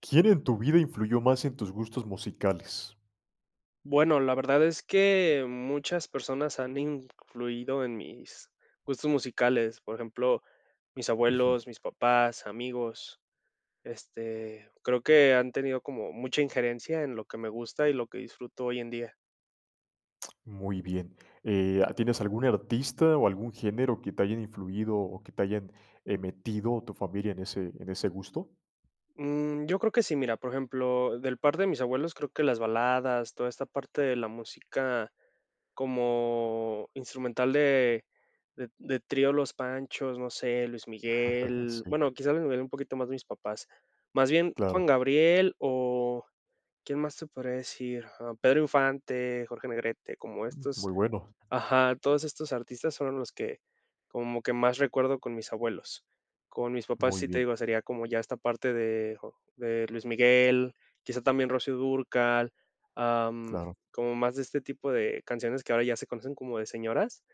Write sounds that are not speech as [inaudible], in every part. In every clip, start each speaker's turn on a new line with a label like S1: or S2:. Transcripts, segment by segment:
S1: ¿Quién en tu vida influyó más en tus gustos musicales?
S2: Bueno, la verdad es que muchas personas han influido en mis gustos musicales. Por ejemplo, mis
S1: Ujú.
S2: abuelos, mis papás, amigos. Este, creo que han tenido como mucha injerencia en lo que me gusta y lo que disfruto hoy en día.
S1: Muy bien. ¿Tienes algún artista o algún género que te hayan influido o que te hayan metido tu familia en ese gusto?
S2: Mm, yo creo que sí, mira, por ejemplo, del par de mis abuelos, creo que las baladas, toda esta parte de la música como instrumental de de Trío Los Panchos, no sé, Luis
S1: [laughs]
S2: Miguel,
S1: Sí,
S2: bueno, quizás Luis Miguel un poquito más de mis papás. Más bien Juan
S1: claro.
S2: Gabriel o, ¿quién más te podría decir? Ah, Pedro Infante, Jorge Negrete, como estos.
S1: Muy bueno.
S2: Ajá, todos estos artistas fueron los que como que más recuerdo con mis abuelos. Con mis papás,
S1: Muy
S2: sí te
S1: bien.
S2: digo, sería como ya esta parte de, de Luis Miguel, quizá también Rocío Dúrcal, am,
S1: Claro.
S2: como más de este tipo de canciones que ahora ya se conocen como de señoras.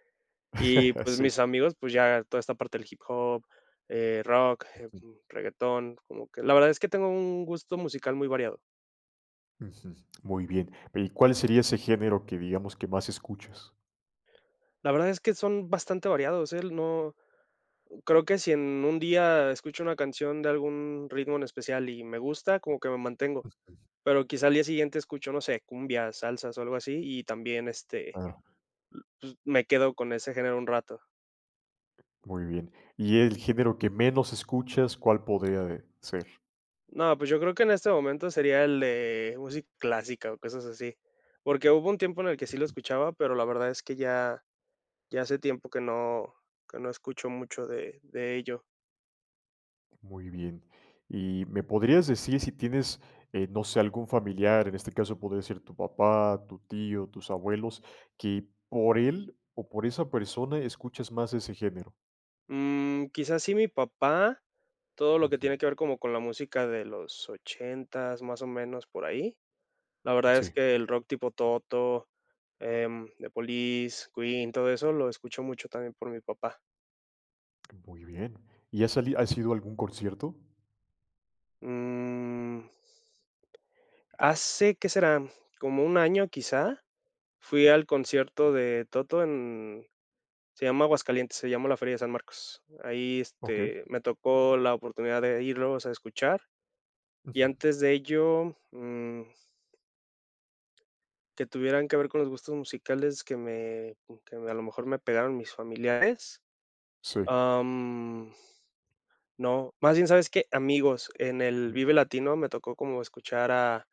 S2: Y
S1: [laughs]
S2: pues
S1: Sí.
S2: mis amigos, pues ya toda esta parte del hip hop, rock,
S1: Ujú,
S2: reggaetón, como que la verdad es que tengo un gusto musical muy variado.
S1: ujú. Muy bien. ¿Y cuál sería ese género que digamos que más escuchas?
S2: La verdad es que son bastante variados, ¿eh? No, creo que si en un día escucho una canción de algún ritmo en especial y me gusta, como que me mantengo.
S1: Ujú,
S2: Pero quizá al día siguiente escucho, no sé, cumbias, salsas o algo así, y también este,
S1: claro.
S2: pues, me quedo con ese género un rato.
S1: Muy bien. ¿Y el género que menos escuchas, cuál podría ser?
S2: No, pues yo creo que en este momento sería el de música clásica o cosas así. Porque hubo un tiempo en el que sí lo escuchaba, pero la verdad es que ya, ya hace tiempo que no escucho mucho de ello.
S1: Muy bien. ¿Y me podrías decir si tienes, no sé, algún familiar, en este caso podría ser tu papá, tu tío, tus abuelos, que por él o por esa persona escuchas más ese género?
S2: Mm, quizás sí mi papá, todo lo que
S1: Ujú.
S2: tiene que ver como con la música de los ochentas más o menos, por ahí. La verdad es
S1: Sí,
S2: que el rock tipo Toto, The Police, Queen, todo eso lo escucho mucho también por mi papá.
S1: muy bien. ¿Y has ido a algún concierto?
S2: Mm, hace, ¿qué será? Como un año quizá, fui al concierto de Toto en, se llama Aguascalientes, se llama la Feria de San Marcos. Ahí,
S1: Ok.
S2: este, me tocó la oportunidad de irlos a escuchar, y
S1: Ujú.
S2: antes de ello, que tuvieran que ver con los gustos musicales que me a lo mejor me pegaron mis familiares.
S1: Sí.
S2: Am, no, más bien, ¿sabes qué? Amigos, en el
S1: Mm,
S2: Vive Latino me tocó como escuchar a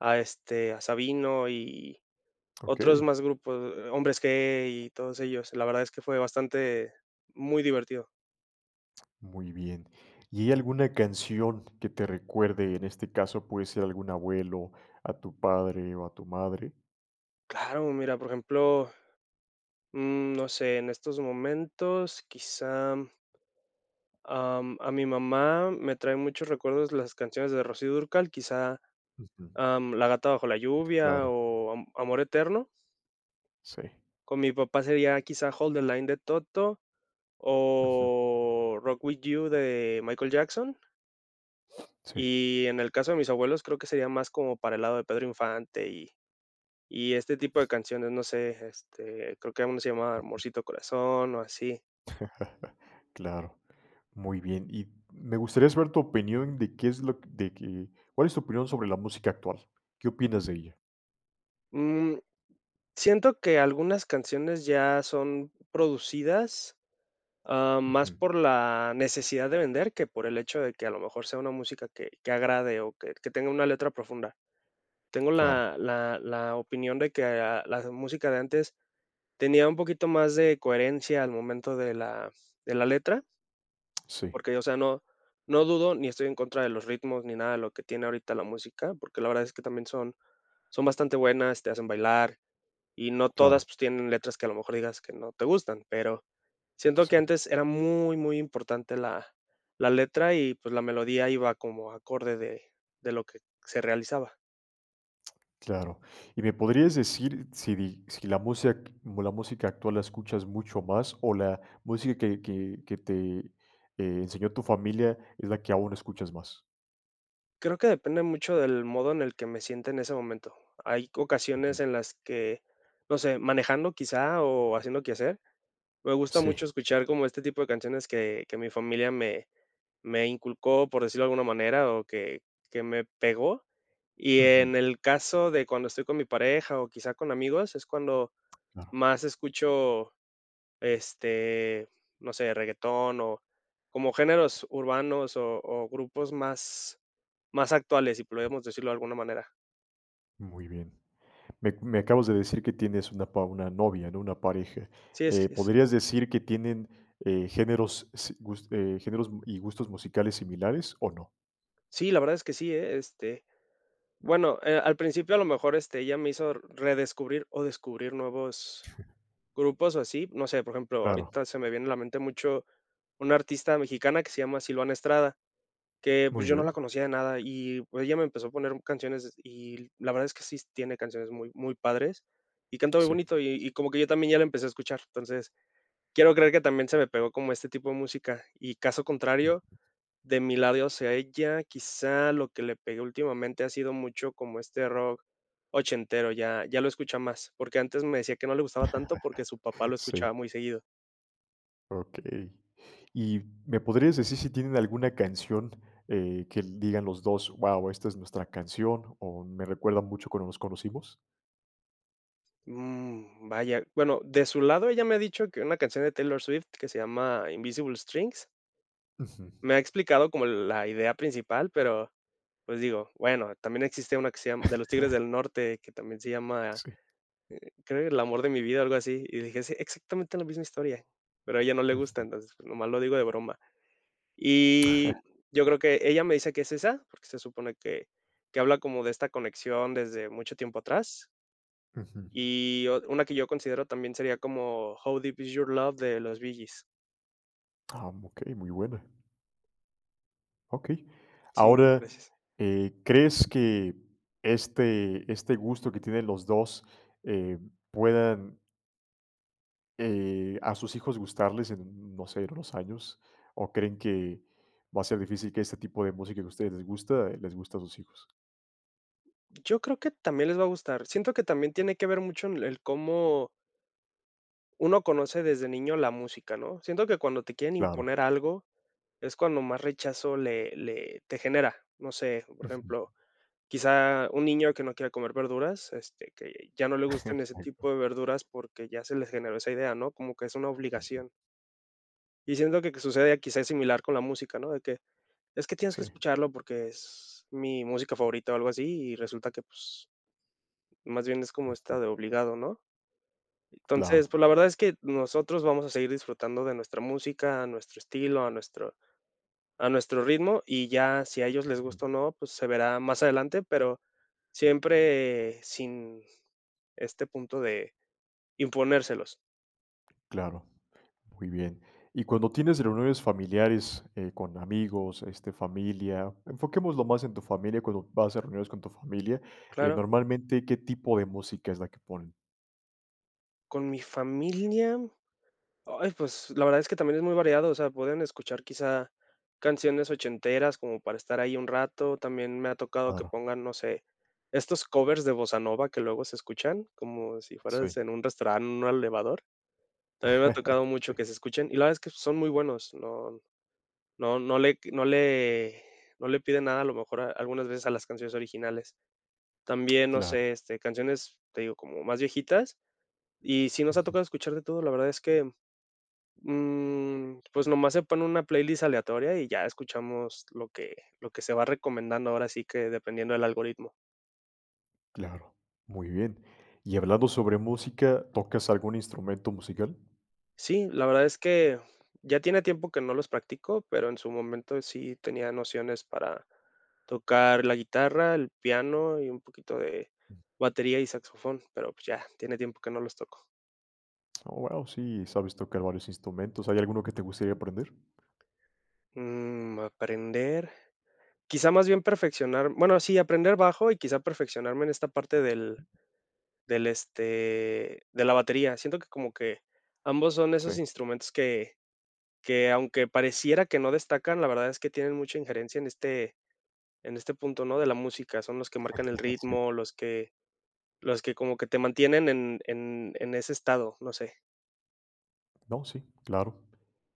S2: este, a Sabino y otros
S1: okey,
S2: más grupos, Hombres G y todos ellos. La verdad es que fue bastante muy divertido.
S1: muy bien. ¿Y hay alguna canción que te recuerde? En este caso, puede ser algún abuelo, a tu padre o a tu madre.
S2: Claro, mira, por ejemplo, mm, no sé, en estos momentos, quizá, a mi mamá me trae muchos recuerdos las canciones de Rocío Dúrcal, quizá
S1: Ujú.
S2: La gata bajo la lluvia
S1: Claro,
S2: o Amor eterno.
S1: sí.
S2: Con mi papá sería quizá Hold the Line de Toto o Rock With You de Michael Jackson.
S1: Sí,
S2: Y en el caso de mis abuelos creo que sería más como para el lado de Pedro Infante y este tipo de canciones, no sé, este, creo que uno se llama Amorcito Corazón o así.
S1: [laughs] claro. Muy bien. Y me gustaría saber tu opinión de qué es lo que- de que, ¿cuál es tu opinión sobre la música actual? ¿Qué opinas de ella?
S2: Mm, siento que algunas canciones ya son producidas, más
S1: Ujú,
S2: por la necesidad de vender que por el hecho de que a lo mejor sea una música que agrade o que tenga una letra profunda. Tengo
S1: claro,
S2: la, la opinión de que la música de antes tenía un poquito más de coherencia al momento de la letra,
S1: sí,
S2: porque o sea, no, no dudo ni estoy en contra de los ritmos ni nada de lo que tiene ahorita la música, porque la verdad es que también son, son bastante buenas, te hacen bailar, y no todas,
S1: claro,
S2: pues, tienen letras que a lo mejor digas que no te gustan, pero siento
S1: sí,
S2: que antes era muy, muy importante la la letra y, pues, la melodía iba como acorde de lo que se realizaba.
S1: claro. ¿Y me podrías decir si la música actual la escuchas mucho más o la música que te enseñó tu familia es la que aún escuchas más?
S2: Creo que depende mucho del modo en el que me sienta en ese momento. Hay
S1: Ujú,
S2: ocasiones en las que, no sé, manejando quizá o haciendo quehacer, me gusta
S1: sí,
S2: mucho escuchar como este tipo de canciones que mi familia me, me inculcó, por decirlo de alguna manera, o que me pegó. Y
S1: ujú,
S2: en el caso de cuando estoy con mi pareja, o quizá con amigos, es cuando
S1: claro,
S2: más escucho, este, no sé, reguetón, o como géneros urbanos, o grupos más más actuales, si podemos decirlo de alguna manera.
S1: muy bien. Me acabas de decir que tienes una novia, ¿no? Una pareja.
S2: Sí, es
S1: Eh,
S2: es
S1: ¿podrías decir que tienen, géneros si gus géneros y gustos musicales similares o no?
S2: sí, la verdad es que sí, ¿eh? Este, bueno, al principio, a lo mejor, este, ella me hizo redescubrir o descubrir nuevos grupos o así, no sé, por ejemplo,
S1: Claro,
S2: ahorita se me viene a la mente mucho una artista mexicana que se llama Silvana Estrada, que, pues,
S1: muy
S2: yo no la
S1: bien.
S2: conocía de nada y, pues, ella me empezó a poner canciones y la verdad es que sí tiene canciones muy, muy padres y canta muy
S1: Sí,
S2: bonito y como que yo también ya la empecé a escuchar. Entonces, quiero creer que también se me pegó como este tipo de música y caso contrario,
S1: mm,
S2: de mi lado hacia ella, quizá lo que le pegué últimamente ha sido mucho como este rock ochentero, ya ya lo escucha más, porque antes me decía que no le gustaba tanto porque su papá lo
S1: sí,
S2: escuchaba muy seguido.
S1: okey. ¿Y me podrías decir si tienen alguna canción, que digan los 2, ¡wow! esta es nuestra canción", o "Me recuerda mucho cuando nos conocimos"?
S2: Mm, vaya, bueno, de su lado ella me ha dicho que una canción de Taylor Swift que se llama Invisible Strings,
S1: Ujú.
S2: me ha explicado como la idea principal, pero, pues, digo, bueno, también existe una que se llama de los Tigres del
S1: [laughs]
S2: Norte, que también se llama,
S1: Sí.
S2: creo que El amor de mi vida, algo así, y dije: "Sí, exactamente la misma historia", pero a ella no le
S1: Ujú.
S2: gusta, entonces, pues, nomás lo digo de broma.
S1: [laughs]
S2: Y yo creo que ella me dice que es esa, porque se supone que habla como de esta conexión desde mucho tiempo atrás.
S1: Ujú.
S2: Y o una que yo considero también sería como How Deep Is Your Love de los Bee Gees.
S1: Ah, okey, muy buena. Ok.
S2: Sí,
S1: Ahora,
S2: gracias.
S1: ¿crees que este gusto que tienen los 2 eh, puedan, a sus hijos gustarles en, no sé, en unos años? ¿O creen que va a ser difícil que este tipo de música que a ustedes les gusta, les guste a sus hijos?
S2: Yo creo que también les va a gustar. Siento que también tiene que ver mucho en el cómo uno conoce desde niño la música, ¿no? Siento que cuando te quieren
S1: Claro.
S2: imponer algo es cuando más rechazo le te genera. No sé, por
S1: Ujú.
S2: ejemplo, quizá un niño que no quiera comer verduras, este, que ya no le gusten ese
S1: [laughs] Claro.
S2: tipo de verduras porque ya se les generó esa idea, ¿no? Como que es una
S1: Ujú.
S2: obligación. Y siento que sucede quizás similar con la música, ¿no? De que es que tienes
S1: Sí.
S2: que escucharlo porque es mi música favorita o algo así y resulta que pues más bien es como
S1: Ujú.
S2: esta de obligado, ¿no? Entonces,
S1: Claro,
S2: pues la verdad es que nosotros vamos a seguir disfrutando de nuestra música, a nuestro estilo, a nuestro, a nuestro ritmo, y ya si a ellos les
S1: ujú,
S2: gusta o no, pues se verá más adelante, pero siempre sin este punto de imponérselos.
S1: claro. Muy bien. Y cuando tienes reuniones familiares con amigos, familia, enfoquémoslo más en tu familia, cuando vas a reuniones con tu familia,
S2: Claro,
S1: normalmente, ¿qué tipo de música es la que ponen?
S2: con mi familia, ay, pues la verdad es que también es muy variado, o sea, pueden escuchar quizá canciones ochenteras como para estar ahí un rato, también me ha tocado que
S1: Claro,
S2: pongan, no sé, estos covers de bossa nova que luego se escuchan, como si
S1: sí.
S2: fueras en un restaurante, en un elevador. También me ha tocado
S1: [laughs]
S2: mucho que se escuchen, y la verdad es que son muy buenos, no. No le no le no le pide nada, a lo mejor, a algunas veces a las canciones originales. También, no sé,
S1: Claro,
S2: este, canciones, te digo, como más viejitas, y si nos ha
S1: ujú,
S2: tocado escuchar de todo. La verdad es que, mm, pues, nomás se pone una playlist aleatoria y ya escuchamos lo que se va recomendando, ahora sí que dependiendo del algoritmo.
S1: claro. Muy bien. Y hablando sobre música, ¿tocas algún instrumento musical?
S2: Sí, la verdad es que ya tiene tiempo que no los practico, pero en su momento sí tenía nociones para tocar la guitarra, el piano y un poquito de
S1: Mm.
S2: batería y saxofón, pero pues ya tiene tiempo que no los toco.
S1: Oh, wow, sí, sabes tocar varios instrumentos. ¿Hay alguno que te gustaría aprender?
S2: Mm, aprender, quizá más bien perfeccionar, bueno, sí, aprender bajo y quizá perfeccionarme en esta parte del, del este, de la batería. Siento que como que ambos son
S1: Sí.
S2: esos instrumentos que aunque pareciera que no destacan, la verdad es que tienen mucha injerencia en este punto, ¿no? De la música, son los que marcan el
S1: [laughs] Sí.
S2: ritmo, los que como que te mantienen en en ese estado, no sé.
S1: No, sí, claro.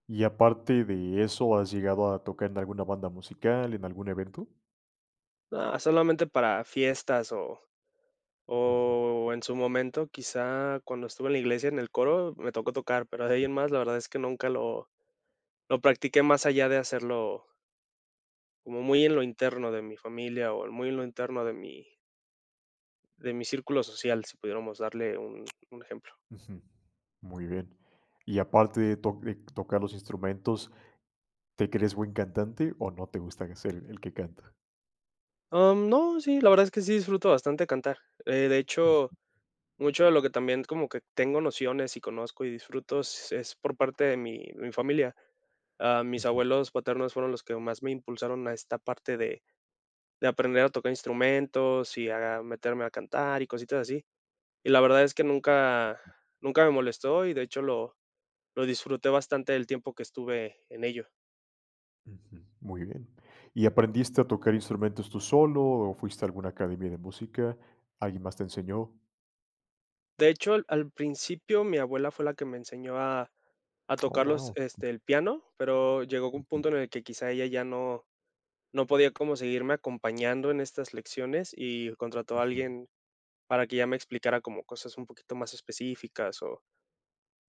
S1: Y aparte de eso, ¿has llegado a tocar en alguna banda musical, en algún evento?
S2: Ah, solamente para fiestas
S1: Ujú,
S2: o en su momento, quizá cuando estuve en la iglesia, en el coro, me tocó tocar, pero de ahí en más, la verdad es que nunca lo lo practiqué más allá de hacerlo como muy en lo interno de mi familia o muy en lo interno de mi círculo social, si pudiéramos darle un ejemplo.
S1: ujú. Muy bien. Y aparte de tocar los instrumentos, ¿te crees buen cantante o no te gusta ser el que canta?
S2: No, sí, la verdad es que sí disfruto bastante cantar. Eh, de hecho, Mucho de lo que también como que tengo nociones y conozco y disfruto es por parte de mi familia. Mis
S1: Ujú,
S2: abuelos paternos fueron los que más me impulsaron a esta parte de aprender a tocar instrumentos y a meterme a cantar y cositas así. Y la verdad es que nunca me molestó y de hecho lo disfruté bastante el tiempo que estuve en ello.
S1: ujú. Muy bien. ¿Y aprendiste a tocar instrumentos tú solo o fuiste a alguna academia de música? ¿Alguien más te enseñó?
S2: De hecho, al principio mi abuela fue la que me enseñó a
S1: Oh,
S2: tocar
S1: wow.
S2: el piano, pero llegó un
S1: Ujú,
S2: punto en el que quizá ella ya no. No podía como seguirme acompañando en estas lecciones y contrató a
S1: ujú,
S2: alguien para que ya me explicara como cosas un poquito más específicas o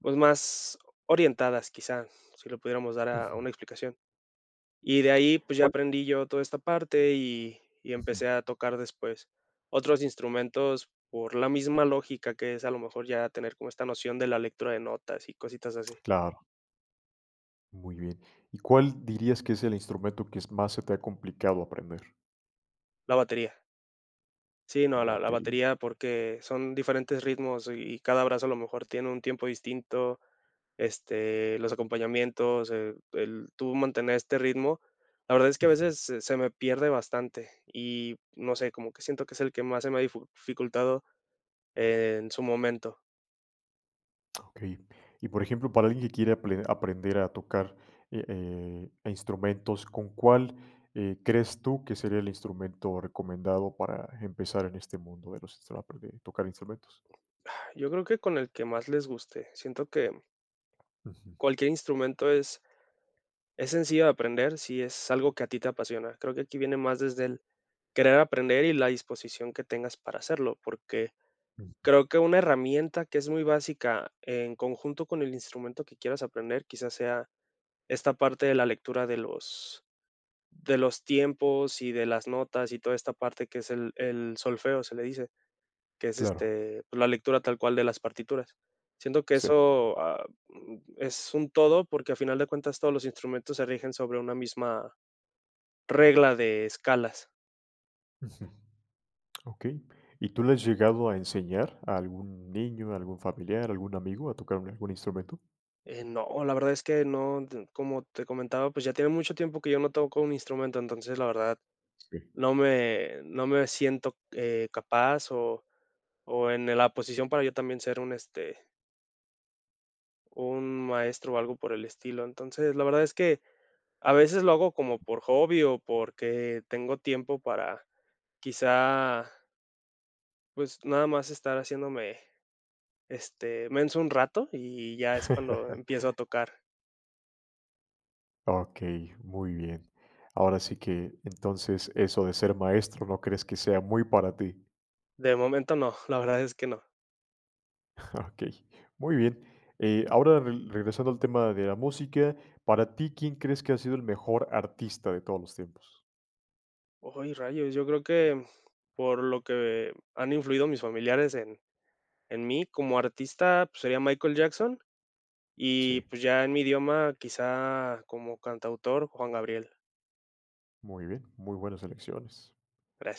S2: pues más orientadas quizá, si lo pudiéramos dar a
S1: ujú.
S2: una explicación. Y de ahí pues ya
S1: ¿Cuál-
S2: aprendí yo toda esta parte y
S1: ujú.
S2: empecé a tocar después otros instrumentos por la misma lógica, que es a lo mejor ya tener como esta noción de la lectura de notas y cositas así,
S1: Claro, muy bien. ¿Y cuál dirías que es el instrumento que es más se te ha complicado aprender?
S2: la batería. Sí, no,
S1: La
S2: la
S1: batería.
S2: batería, porque son diferentes ritmos y cada brazo a lo mejor tiene un tiempo distinto, los acompañamientos, el tú mantener este ritmo. La verdad es que a
S1: Ujú.
S2: veces se me pierde bastante y no sé, como que siento que es el que más se me ha difu dificultado en su momento.
S1: Okey. Y, por ejemplo, para alguien que quiere aprender a tocar, eh instrumentos, ¿con cuál, crees tú que sería el instrumento recomendado para empezar en este mundo de los instru de tocar instrumentos?
S2: Yo creo que con el que más les guste. Siento que
S1: Ujú,
S2: cualquier instrumento es sencillo de aprender si es algo que a ti te apasiona. Creo que aquí viene más desde el querer aprender y la disposición que tengas para hacerlo. Porque
S1: ujú.
S2: creo que una herramienta que es muy básica en conjunto con el instrumento que quieras aprender, quizás sea esta parte de la lectura de los tiempos y de las notas y toda esta parte que es el solfeo, se le dice, que es,
S1: Claro.
S2: este, pues, la lectura tal cual de las partituras. Siento que
S1: Sí.
S2: eso, es un todo, porque a final de cuentas todos los instrumentos se rigen sobre una misma regla de escalas.
S1: Ujú. Okey. ¿Y tú le has llegado a enseñar a algún niño, a algún familiar, algún amigo a tocar algún instrumento?
S2: No, la verdad es que no, como te comentaba, pues, ya tiene mucho tiempo que yo no toco un instrumento, entonces, la verdad,
S1: Sí.
S2: no me siento, capaz o en la posición para yo también ser un, este, un maestro o algo por el estilo. Entonces, la verdad es que a veces lo hago como por hobby o porque tengo tiempo para quizá, pues, nada más estar haciéndome, este, menso un rato y ya es cuando
S1: [laughs]
S2: empiezo a tocar.
S1: Ok, muy bien. Ahora sí que entonces eso de ser maestro no crees que sea muy para ti.
S2: De momento no, la verdad es que no.
S1: [laughs] Ok, muy bien. Ahora regresando al tema de la música, para ti, ¿quién crees que ha sido el mejor artista de todos los tiempos?
S2: Ay, rayos, yo creo que por lo que han influido mis familiares en. En mí, como artista, pues, sería Michael Jackson y,
S1: Sí,
S2: pues, ya en mi idioma, quizá como cantautor, Juan Gabriel.
S1: muy bien, muy buenas elecciones.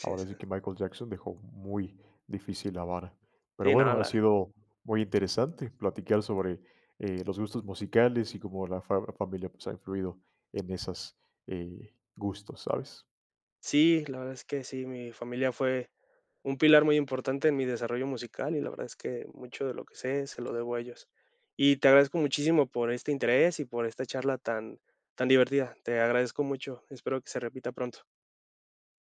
S1: Ahora sí que Michael Jackson dejó muy difícil la vara. Pero
S2: Sí, nada
S1: bueno, ha
S2: la
S1: sido muy interesante platicar sobre los gustos musicales y cómo la familia pues, ha influido en esos gustos, ¿sabes?
S2: sí, la verdad es que sí, mi familia fue un pilar muy importante en mi desarrollo musical y la verdad es que mucho de lo que sé se lo debo a ellos. Y te agradezco muchísimo por este interés y por esta charla tan tan divertida. Te agradezco mucho. Espero que se repita pronto.